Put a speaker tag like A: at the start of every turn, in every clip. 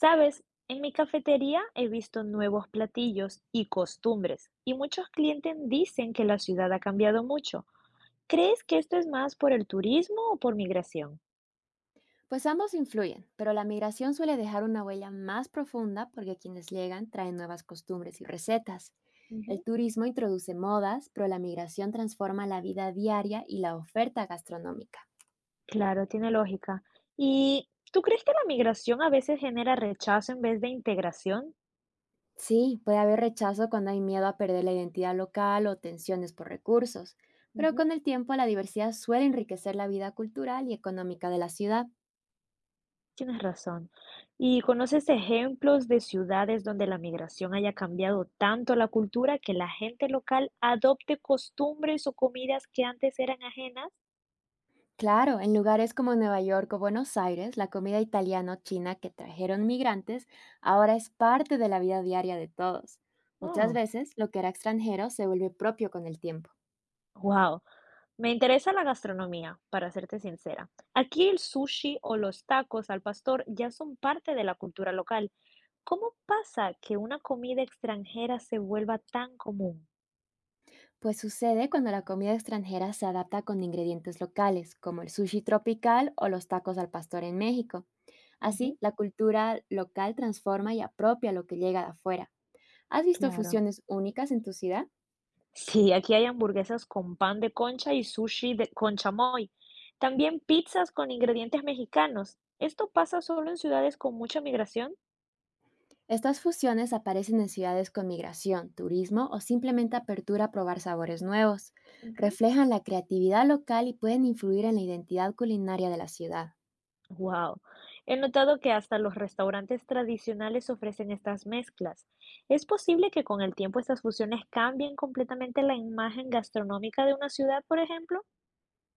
A: Sabes, en mi cafetería he visto nuevos platillos y costumbres, y muchos clientes dicen que la ciudad ha cambiado mucho. ¿Crees que esto es más por el turismo o por migración?
B: Pues ambos influyen, pero la migración suele dejar una huella más profunda porque quienes llegan traen nuevas costumbres y recetas. El
A: Ujú.
B: turismo introduce modas, pero la migración transforma la vida diaria y la oferta gastronómica.
A: Claro, tiene lógica. ¿Y tú crees que la migración a veces genera rechazo en vez de integración?
B: Sí, puede haber rechazo cuando hay miedo a perder la identidad local o tensiones por recursos, pero
A: Ujú.
B: con el tiempo la diversidad suele enriquecer la vida cultural y económica de la ciudad.
A: Tienes razón. ¿Y conoces ejemplos de ciudades donde la migración haya cambiado tanto la cultura que la gente local adopte costumbres o comidas que antes eran ajenas?
B: Claro, en lugares como Nueva York o Buenos Aires, la comida italiana o china que trajeron migrantes ahora es parte de la vida diaria de todos. Muchas
A: Oh,
B: veces lo que era extranjero se vuelve propio con el tiempo.
A: wow. Me interesa la gastronomía, para serte sincera. Aquí el sushi o los tacos al pastor ya son parte de la cultura local. ¿Cómo pasa que una comida extranjera se vuelva tan común?
B: Pues sucede cuando la comida extranjera se adapta con ingredientes locales, como el sushi tropical o los tacos al pastor en México.
A: Ujú,
B: Así, la cultura local transforma y apropia lo que llega de afuera. ¿Has visto
A: claro.
B: fusiones únicas en tu ciudad?
A: Sí, aquí hay hamburguesas con pan de concha y con chamoy. También pizzas con ingredientes mexicanos. ¿Esto pasa solo en ciudades con mucha migración?
B: Estas fusiones aparecen en ciudades con migración, turismo o simplemente apertura a probar sabores nuevos.
A: Ujú.
B: Reflejan la creatividad local y pueden influir en la identidad culinaria de la ciudad.
A: Wow. He notado que hasta los restaurantes tradicionales ofrecen estas mezclas. ¿Es posible que con el tiempo estas fusiones cambien completamente la imagen gastronómica de una ciudad, por ejemplo?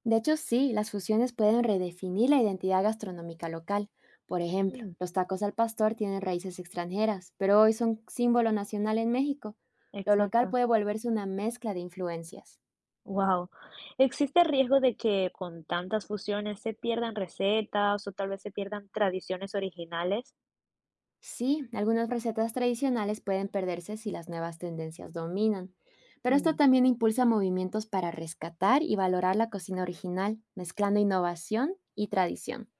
B: De hecho, sí, las fusiones pueden redefinir la identidad gastronómica local. Por ejemplo,
A: Mm,
B: los tacos al pastor tienen raíces extranjeras, pero hoy son símbolo nacional en México. Lo local
A: exacto.
B: puede volverse una mezcla de influencias.
A: Wow. ¿Existe riesgo de que con tantas fusiones se pierdan recetas o tal vez se pierdan tradiciones originales?
B: Sí, algunas recetas tradicionales pueden perderse si las nuevas tendencias dominan, pero esto
A: Mm,
B: también impulsa movimientos para rescatar y valorar la cocina original, mezclando innovación y tradición.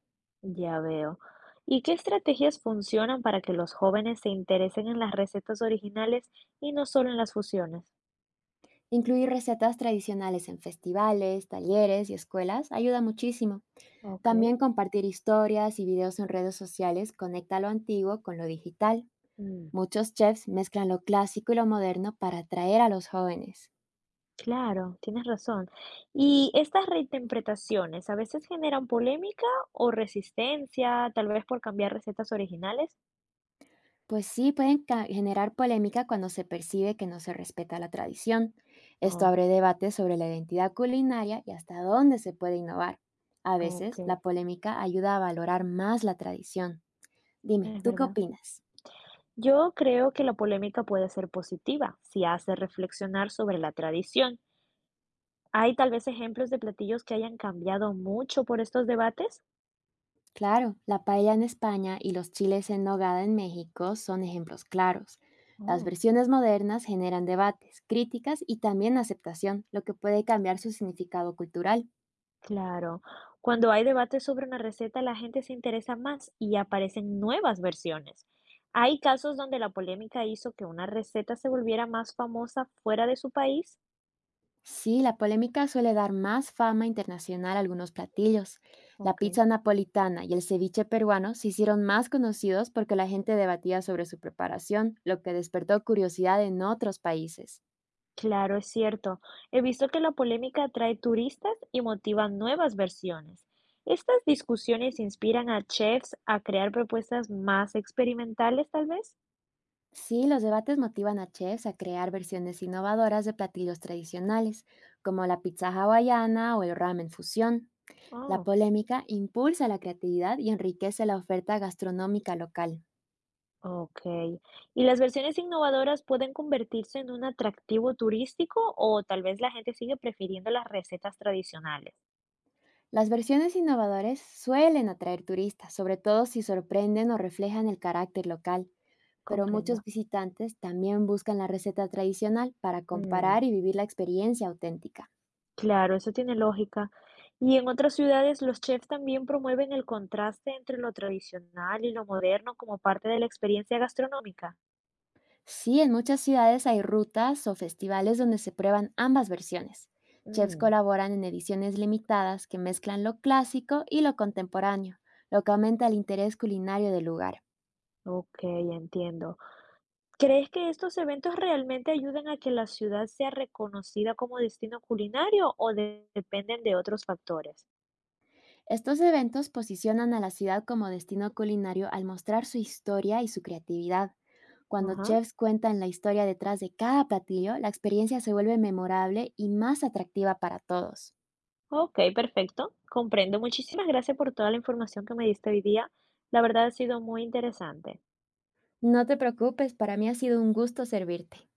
A: ya veo. ¿Y qué estrategias funcionan para que los jóvenes se interesen en las recetas originales y no solo en las fusiones?
B: Incluir recetas tradicionales en festivales, talleres y escuelas ayuda muchísimo.
A: Ok.
B: También compartir historias y videos en redes sociales conecta lo antiguo con lo digital.
A: Mm.
B: Muchos chefs mezclan lo clásico y lo moderno para atraer a los jóvenes.
A: Claro, tienes razón. Y estas reinterpretaciones a veces generan polémica o resistencia, tal vez por cambiar recetas originales.
B: Pues sí, pueden generar polémica cuando se percibe que no se respeta la tradición. Esto
A: Oh,
B: abre debates sobre la identidad culinaria y hasta dónde se puede innovar. A
A: ok,
B: veces, la polémica ayuda a valorar más la tradición. Dime,
A: es
B: ¿tú qué
A: verdad.
B: opinas?
A: Yo creo que la polémica puede ser positiva si hace reflexionar sobre la tradición. ¿Hay tal vez ejemplos de platillos que hayan cambiado mucho por estos debates?
B: Claro, la paella en España y los chiles en nogada en México son ejemplos claros. Las
A: Oh.
B: versiones modernas generan debates, críticas y también aceptación, lo que puede cambiar su significado cultural.
A: Claro. Cuando hay debate sobre una receta, la gente se interesa más y aparecen nuevas versiones. ¿Hay casos donde la polémica hizo que una receta se volviera más famosa fuera de su país?
B: Sí, la polémica suele dar más fama internacional a algunos platillos. La
A: Ok.
B: pizza napolitana y el ceviche peruano se hicieron más conocidos porque la gente debatía sobre su preparación, lo que despertó curiosidad en otros países.
A: Claro, es cierto. He visto que la polémica atrae turistas y motiva nuevas versiones. ¿Estas discusiones inspiran a chefs a crear propuestas más experimentales, tal vez?
B: Sí, los debates motivan a chefs a crear versiones innovadoras de platillos tradicionales, como la pizza hawaiana o el ramen fusión. La
A: Oh.
B: polémica impulsa la creatividad y enriquece la oferta gastronómica local.
A: Okey. ¿Y las versiones innovadoras pueden convertirse en un atractivo turístico o tal vez la gente sigue prefiriendo las recetas tradicionales?
B: Las versiones innovadoras suelen atraer turistas, sobre todo si sorprenden o reflejan el carácter local, pero
A: Comprendo.
B: muchos visitantes también buscan la receta tradicional para
A: Mm,
B: comparar y vivir la experiencia auténtica.
A: claro, eso tiene lógica. Y en otras ciudades, los chefs también promueven el contraste entre lo tradicional y lo moderno como parte de la experiencia gastronómica.
B: Sí, en muchas ciudades hay rutas o festivales donde se prueban ambas versiones. Chefs
A: Mm.
B: colaboran en ediciones limitadas que mezclan lo clásico y lo contemporáneo, lo que aumenta el interés culinario del lugar.
A: Ok, entiendo. ¿Crees que estos eventos realmente ayudan a que la ciudad sea reconocida como destino culinario o dependen de otros factores?
B: Estos eventos posicionan a la ciudad como destino culinario al mostrar su historia y su creatividad. Cuando
A: Ajá.
B: chefs cuentan la historia detrás de cada platillo, la experiencia se vuelve memorable y más atractiva para todos.
A: Ok, perfecto. Comprendo. Muchísimas gracias por toda la información que me diste hoy día. La verdad ha sido muy interesante.
B: No te preocupes, para mí ha sido un gusto servirte.